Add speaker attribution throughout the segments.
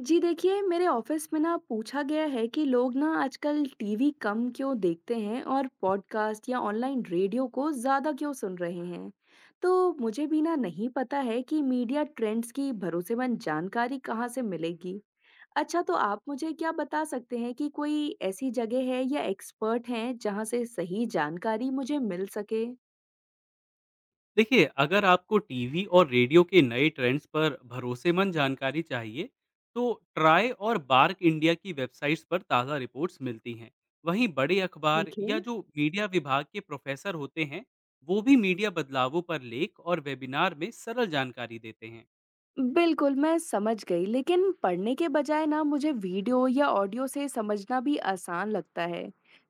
Speaker 1: जी देखिए, मेरे ऑफिस में ना पूछा गया है कि लोग ना आजकल टीवी कम क्यों देखते हैं और पॉडकास्ट या ऑनलाइन रेडियो को ज़्यादा क्यों सुन रहे हैं। तो मुझे भी ना नहीं पता है कि मीडिया ट्रेंड्स की भरोसेमंद जानकारी कहाँ से मिलेगी। अच्छा, तो आप मुझे क्या बता सकते हैं कि कोई ऐसी जगह है या एक्सपर्ट हैं जहाँ से सही जानकारी मुझे मिल सके?
Speaker 2: देखिए, अगर आपको टीवी और रेडियो के नए ट्रेंड्स पर भरोसेमंद जानकारी चाहिए, तो ट्राई और बार्क इंडिया की वेबसाइट्स पर ताज़ा रिपोर्ट्स मिलती हैं। वहीं बड़े अखबार
Speaker 1: ठीक है।
Speaker 2: या जो मीडिया विभाग के प्रोफेसर होते हैं, वो भी मीडिया बदलावों पर लेख और वेबिनार में सरल जानकारी देते हैं।
Speaker 1: बिल्कुल, मैं समझ गई, लेकिन पढ़ने के बजाय ना मुझे वीडियो या ऑडियो से समझना भी आसान लगता है।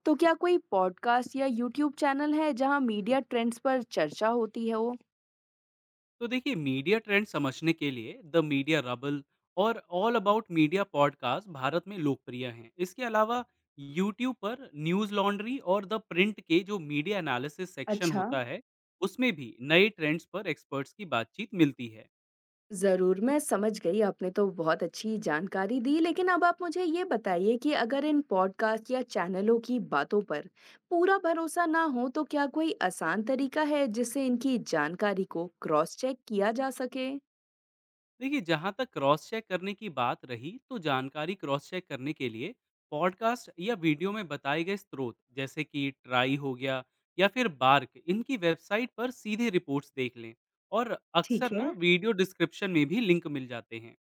Speaker 1: तो क्या कोई पॉडकास्ट या यूट्यूब चैनल है जहाँ मीडिया ट्रेंड्स पर चर्चा होती है हो?
Speaker 2: तो देखिए, मीडिया ट्रेंड समझने के लिए द मीडिया रबल और All About Media podcast Bharat में लोकप्रिय हैं। इसके अलावा यूट्यूब पर न्यूज़ लॉन्ड्री और द प्रिंट के जो मीडिया एनालिसिस सेक्शन
Speaker 1: अच्छा,
Speaker 2: होता है, उसमें भी नए ट्रेंड्स पर एक्सपर्ट्स की बातचीत मिलती है।
Speaker 1: ज़रूर, मैं समझ गई, आपने तो बहुत अच्छी जानकारी दी, लेकिन अब आप मुझे ये बताइए कि अगर इन पॉडकास्ट या चैनलों की बातों पर पूरा भरोसा ना हो, तो क्या कोई आसान तरीका है जिससे इनकी जानकारी को क्रॉस चेक किया जा सके?
Speaker 2: देखिए, जहाँ तक क्रॉस चेक करने की बात रही, तो जानकारी क्रॉस चेक करने के लिए पॉडकास्ट या वीडियो में बताए गए स्रोत, जैसे कि ट्राई हो गया या फिर बार्क, इनकी वेबसाइट पर सीधे रिपोर्ट्स देख लें। और अक्सर
Speaker 1: ठीक है।
Speaker 2: ना वीडियो डिस्क्रिप्शन में भी लिंक मिल जाते हैं।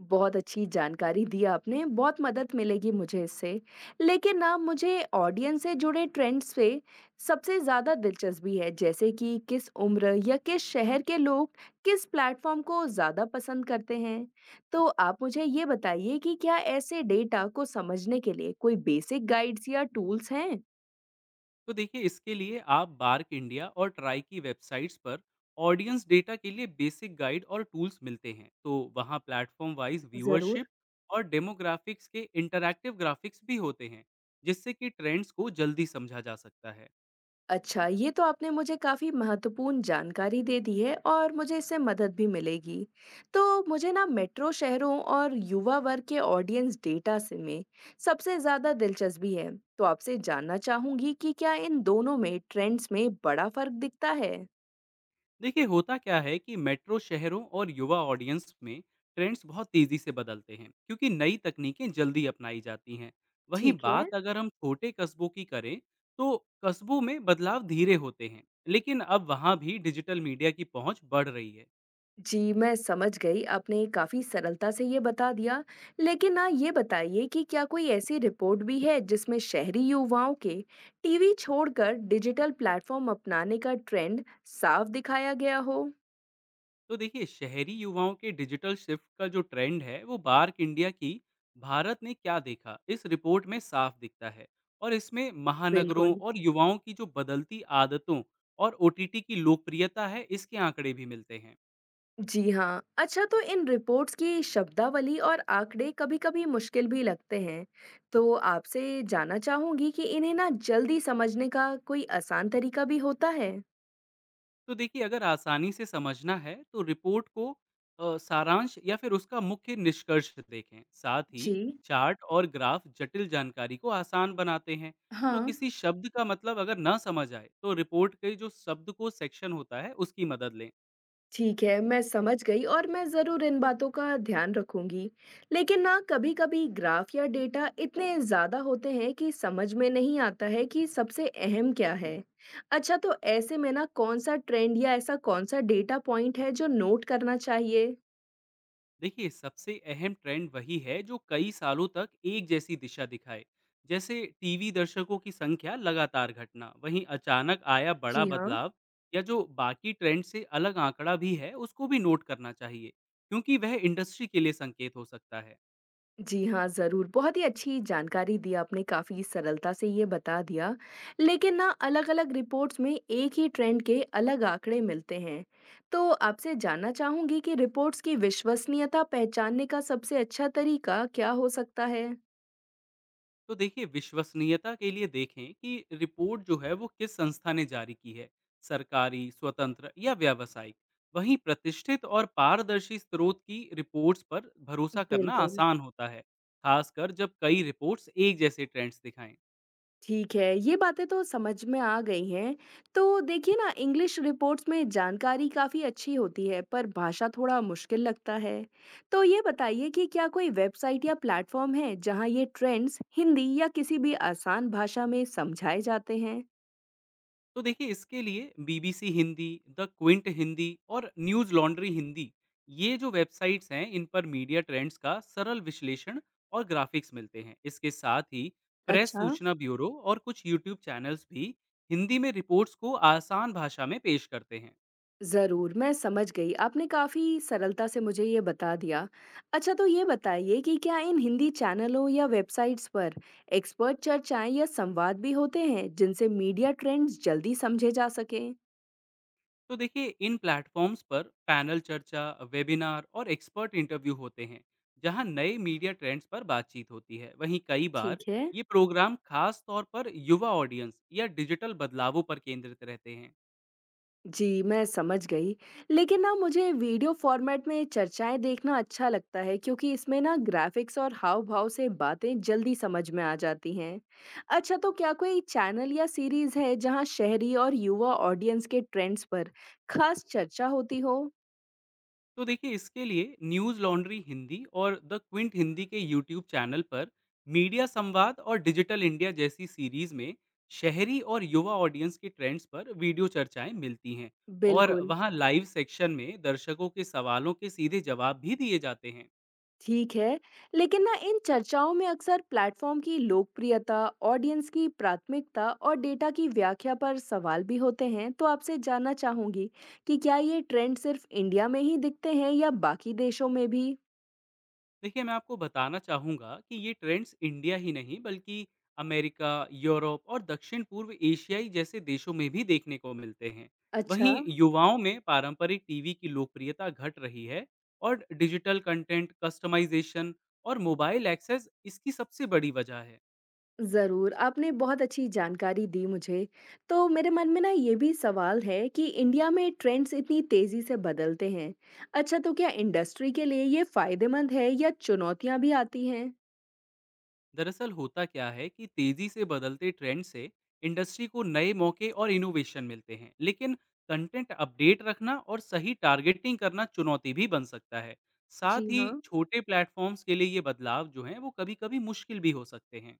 Speaker 1: बहुत अच्छी जानकारी दी आपने, बहुत मदद मिलेगी मुझे इससे। लेकिन ना मुझे ऑडियंस से जुड़े ट्रेंड्स पे सबसे ज़्यादा दिलचस्पी है, जैसे कि किस उम्र या किस शहर के लोग किस प्लेटफ़ॉर्म को ज़्यादा पसंद करते हैं। तो आप मुझे ये बताइए कि क्या ऐसे डेटा को समझने के लिए कोई बेसिक गाइड्स या टूल्स हैं?
Speaker 2: तो देखिए, इसके लिए आप बार्क इंडिया और ट्राई की वेबसाइट्स पर ऑडियंस डेटा के लिए बेसिक गाइड और टूल्स मिलते हैं। तो वहाँ प्लेटफॉर्म वाइज व्यूअरशिप
Speaker 1: ज़रूर।
Speaker 2: और डेमोग्राफिक्स के इंटरैक्टिव ग्राफिक्स भी होते हैं, जिससे कि ट्रेंड्स को जल्दी समझा जा सकता है।
Speaker 1: अच्छा, ये तो आपने मुझे काफ़ी महत्वपूर्ण जानकारी दे दी है और मुझे इससे मदद भी मिलेगी। तो मुझे ना मेट्रो शहरों और युवा वर्ग के ऑडियंस डेटा से में सबसे ज़्यादा दिलचस्पी है। तो आपसे जानना चाहूँगी कि क्या इन दोनों में ट्रेंड्स में बड़ा फ़र्क दिखता है?
Speaker 2: देखिए, होता क्या है कि मेट्रो शहरों और युवा ऑडियंस में ट्रेंड्स बहुत तेजी से बदलते हैं, क्योंकि नई तकनीकें जल्दी अपनाई जाती हैं। वहीं
Speaker 1: ठीक है।
Speaker 2: बात अगर हम छोटे कस्बों की करें, तो कस्बों में बदलाव धीरे होते हैं, लेकिन अब वहाँ भी डिजिटल मीडिया की पहुँच बढ़ रही है।
Speaker 1: जी, मैं समझ गई। आपने काफ़ी सरलता से ये बता दिया। लेकिन ना ये बताइए कि क्या कोई ऐसी रिपोर्ट भी है जिसमें शहरी युवाओं के टीवी छोड़कर डिजिटल प्लेटफ़ॉर्म अपनाने का ट्रेंड साफ दिखाया गया हो?
Speaker 2: तो देखिए, शहरी युवाओं के डिजिटल शिफ्ट का जो ट्रेंड है, वो बार्क इंडिया की भारत ने क्या देखा इस रिपोर्ट में साफ दिखता है। और इसमें महानगरों
Speaker 1: बिल्कुल।
Speaker 2: और युवाओं की जो बदलती आदतों और ओ की लोकप्रियता है, इसके आंकड़े भी मिलते हैं।
Speaker 1: जी हाँ। अच्छा, तो इन रिपोर्ट्स की शब्दावली और आंकड़े कभी-कभी मुश्किल भी लगते हैं। तो आपसे जानना चाहूँगी कि इन्हें ना जल्दी समझने का कोई आसान तरीका भी होता है?
Speaker 2: तो देखिए, अगर आसानी से समझना है, तो रिपोर्ट को सारांश या फिर उसका मुख्य निष्कर्ष देखें। साथ ही
Speaker 1: जी,
Speaker 2: चार्ट और ग्राफ जटिल जानकारी को आसान बनाते हैं। तो
Speaker 1: हाँ।
Speaker 2: किसी शब्द का मतलब अगर ना समझ आए, तो रिपोर्ट के जो शब्द को सेक्शन होता है, उसकी मदद लें।
Speaker 1: ठीक है, मैं समझ गई और मैं ज़रूर इन बातों का ध्यान रखूंगी। लेकिन ना कभी-कभी ग्राफ या डेटा इतने ज़्यादा होते हैं कि समझ में नहीं आता है कि सबसे अहम क्या है। अच्छा, तो ऐसे में ना कौन सा ट्रेंड या ऐसा कौन सा डेटा पॉइंट है जो नोट करना चाहिए?
Speaker 2: देखिए, सबसे अहम ट्रेंड वही है जो कई सालों तक एक जैसी दिशा दिखाए। जैसे टीवी दर्शकों की संख्या लगातार घटना, वहीं अचानक आया बड़ा
Speaker 1: जी हाँ।
Speaker 2: बदलाव या जो बाकी ट्रेंड से अलग आंकड़ा भी है, उसको भी नोट करना चाहिए, क्योंकि वह इंडस्ट्री के लिए संकेत हो सकता है।
Speaker 1: जी हाँ, ज़रूर। बहुत ही अच्छी जानकारी दी आपने, काफ़ी सरलता से ये बता दिया। लेकिन ना अलग-अलग रिपोर्ट्स में एक ही ट्रेंड के अलग आंकड़े मिलते हैं। तो आपसे जानना चाहूँगी कि रिपोर्ट्स की विश्वसनीयता पहचानने का सबसे अच्छा तरीका क्या हो सकता है?
Speaker 2: तो देखिए, विश्वसनीयता के लिए देखें कि रिपोर्ट जो है वो किस संस्था ने जारी की है, सरकारी, स्वतंत्र या व्यावसायिक। वहीं प्रतिष्ठित और पारदर्शी स्रोत की रिपोर्ट्स पर भरोसा करना
Speaker 1: बिल्कुल।
Speaker 2: आसान होता है, खासकर जब कई रिपोर्ट्स एक जैसे ट्रेंड्स दिखाएं।
Speaker 1: ठीक है, ये बातें तो समझ में आ गई हैं। तो देखिए ना, इंग्लिश रिपोर्ट्स में जानकारी काफ़ी अच्छी होती है, पर भाषा थोड़ा मुश्किल लगता है। तो ये बताइए कि क्या कोई वेबसाइट या प्लेटफॉर्म है, जहाँ ये ट्रेंड्स हिंदी या किसी भी आसान भाषा में समझाए जाते हैं?
Speaker 2: तो देखिए, इसके लिए BBC Hindi, the Quint Hindi और न्यूज़ लॉन्ड्री हिंदी, ये जो वेबसाइट्स हैं, इन पर मीडिया ट्रेंड्स का सरल विश्लेषण और ग्राफिक्स मिलते हैं। इसके साथ ही प्रेस
Speaker 1: अच्छा।
Speaker 2: सूचना ब्यूरो और कुछ यूट्यूब चैनल्स भी हिंदी में रिपोर्ट्स को आसान भाषा में पेश करते हैं।
Speaker 1: ज़रूर, मैं समझ गई। आपने काफ़ी सरलता से मुझे ये बता दिया। अच्छा, तो ये बताइए कि क्या इन हिंदी चैनलों या वेबसाइट्स पर एक्सपर्ट चर्चाएँ या संवाद भी होते हैं, जिनसे मीडिया ट्रेंड्स जल्दी समझे जा सकें?
Speaker 2: तो देखिए, इन प्लेटफॉर्म्स पर पैनल चर्चा, वेबिनार और एक्सपर्ट इंटरव्यू होते हैं, जहां नए मीडिया ट्रेंड्स पर बातचीत होती है। वहीं कई बार
Speaker 1: ठीक है।
Speaker 2: ये प्रोग्राम खास तौर पर युवा ऑडियंस या डिजिटल बदलावों पर केंद्रित रहते हैं।
Speaker 1: जी, मैं समझ गई। लेकिन ना मुझे वीडियो फ़ॉर्मेट में चर्चाएँ देखना अच्छा लगता है क्योंकि इसमें ना ग्राफ़िक्स और हाव-भाव से बातें जल्दी समझ में आ जाती हैं। अच्छा, तो क्या कोई चैनल या सीरीज़ है जहाँ शहरी और युवा ऑडियंस के ट्रेंड्स पर ख़ास चर्चा होती हो?
Speaker 2: तो देखिए, इसके लिए न्यूज़ लॉन्ड्री हिंदी और द क्विंट हिंदी के यूट्यूब चैनल पर मीडिया संवाद और डिजिटल इंडिया जैसी सीरीज में शहरी और युवा ऑडियंस के ट्रेंड्स पर वीडियो चर्चाएं मिलती हैं। और
Speaker 1: बिल्कुल।
Speaker 2: वहां लाइव सेक्शन में दर्शकों के सवालों के सीधे जवाब भी दिए जाते हैं।
Speaker 1: ठीक है। लेकिन ना इन चर्चाओं में अक्सर प्लेटफॉर्म की लोकप्रियता, ऑडियंस की प्राथमिकता और डेटा की व्याख्या पर सवाल भी होते हैं। तो आपसे जानना चाहूंगी कि क्या ये ट्रेंड सिर्फ इंडिया में ही दिखते हैं या बाकी देशों में भी?
Speaker 2: देखिए, मैं आपको बताना चाहूँगा कि ये ट्रेंड्स इंडिया ही नहीं बल्कि अमेरिका, यूरोप और दक्षिण-पूर्व एशियाई जैसे देशों में भी देखने को मिलते हैं।
Speaker 1: अच्छा।
Speaker 2: वहीं युवाओं में पारंपरिक टीवी की लोकप्रियता घट रही है और डिजिटल कंटेंट, कस्टमाइज़ेशन और मोबाइल एक्सेस इसकी सबसे बड़ी वजह है।
Speaker 1: जरूर, आपने बहुत अच्छी जानकारी दी मुझे। तो मेरे मन में ना ये भी सवाल है कि इंडिया में ट्रेंड्स इतनी तेजी से बदलते हैं। अच्छा, तो क्या इंडस्ट्री के लिए ये फायदेमंद है या चुनौतियां भी आती हैं?
Speaker 2: दरअसल होता क्या है कि तेजी से बदलते ट्रेंड से इंडस्ट्री को नए मौके और इनोवेशन मिलते हैं, लेकिन कंटेंट अपडेट रखना और सही टारगेटिंग करना चुनौती भी बन सकता है।
Speaker 1: जी
Speaker 2: साथ ही
Speaker 1: हाँ।
Speaker 2: छोटे प्लेटफॉर्म्स के लिए ये बदलाव जो हैं, वो कभी कभी मुश्किल भी हो सकते हैं।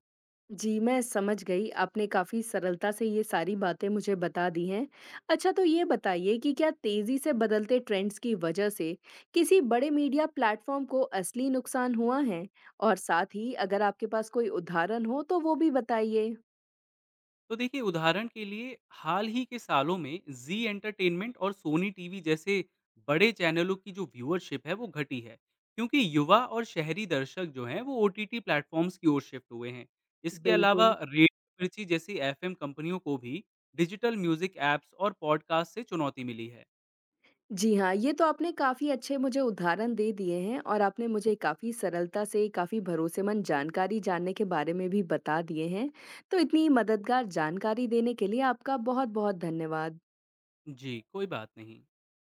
Speaker 1: जी, मैं समझ गई। आपने काफ़ी सरलता से ये सारी बातें मुझे बता दी हैं। अच्छा, तो ये बताइए कि क्या तेज़ी से बदलते ट्रेंड्स की वजह से किसी बड़े मीडिया प्लेटफ़ॉर्म को असली नुकसान हुआ है? और साथ ही अगर आपके पास कोई उदाहरण हो तो वो भी बताइए?
Speaker 2: तो देखिए, उदाहरण के लिए हाल ही के सालों में जी एंटरटेनमेंट और सोनी टीवी जैसे बड़े चैनलों की जो व्यूअरशिप है, वो घटी है, क्योंकि युवा और शहरी दर्शक जो हैं वो OTT प्लेटफॉर्म्स की ओर शिफ्ट हुए हैं। इसके अलावा
Speaker 1: बिल्कुल।
Speaker 2: रेडियो मिर्ची जैसी एफ कंपनियों को भी डिजिटल म्यूजिक ऐप्स और पॉडकास्ट से चुनौती मिली है।
Speaker 1: जी हाँ, ये तो आपने काफ़ी अच्छे मुझे उदाहरण दे दिए हैं और आपने मुझे काफ़ी सरलता से, काफ़ी भरोसेमंद जानकारी जानने के बारे में भी बता दिए हैं। तो इतनी मददगार जानकारी देने के लिए आपका बहुत-बहुत धन्यवाद।
Speaker 2: जी, कोई बात नहीं।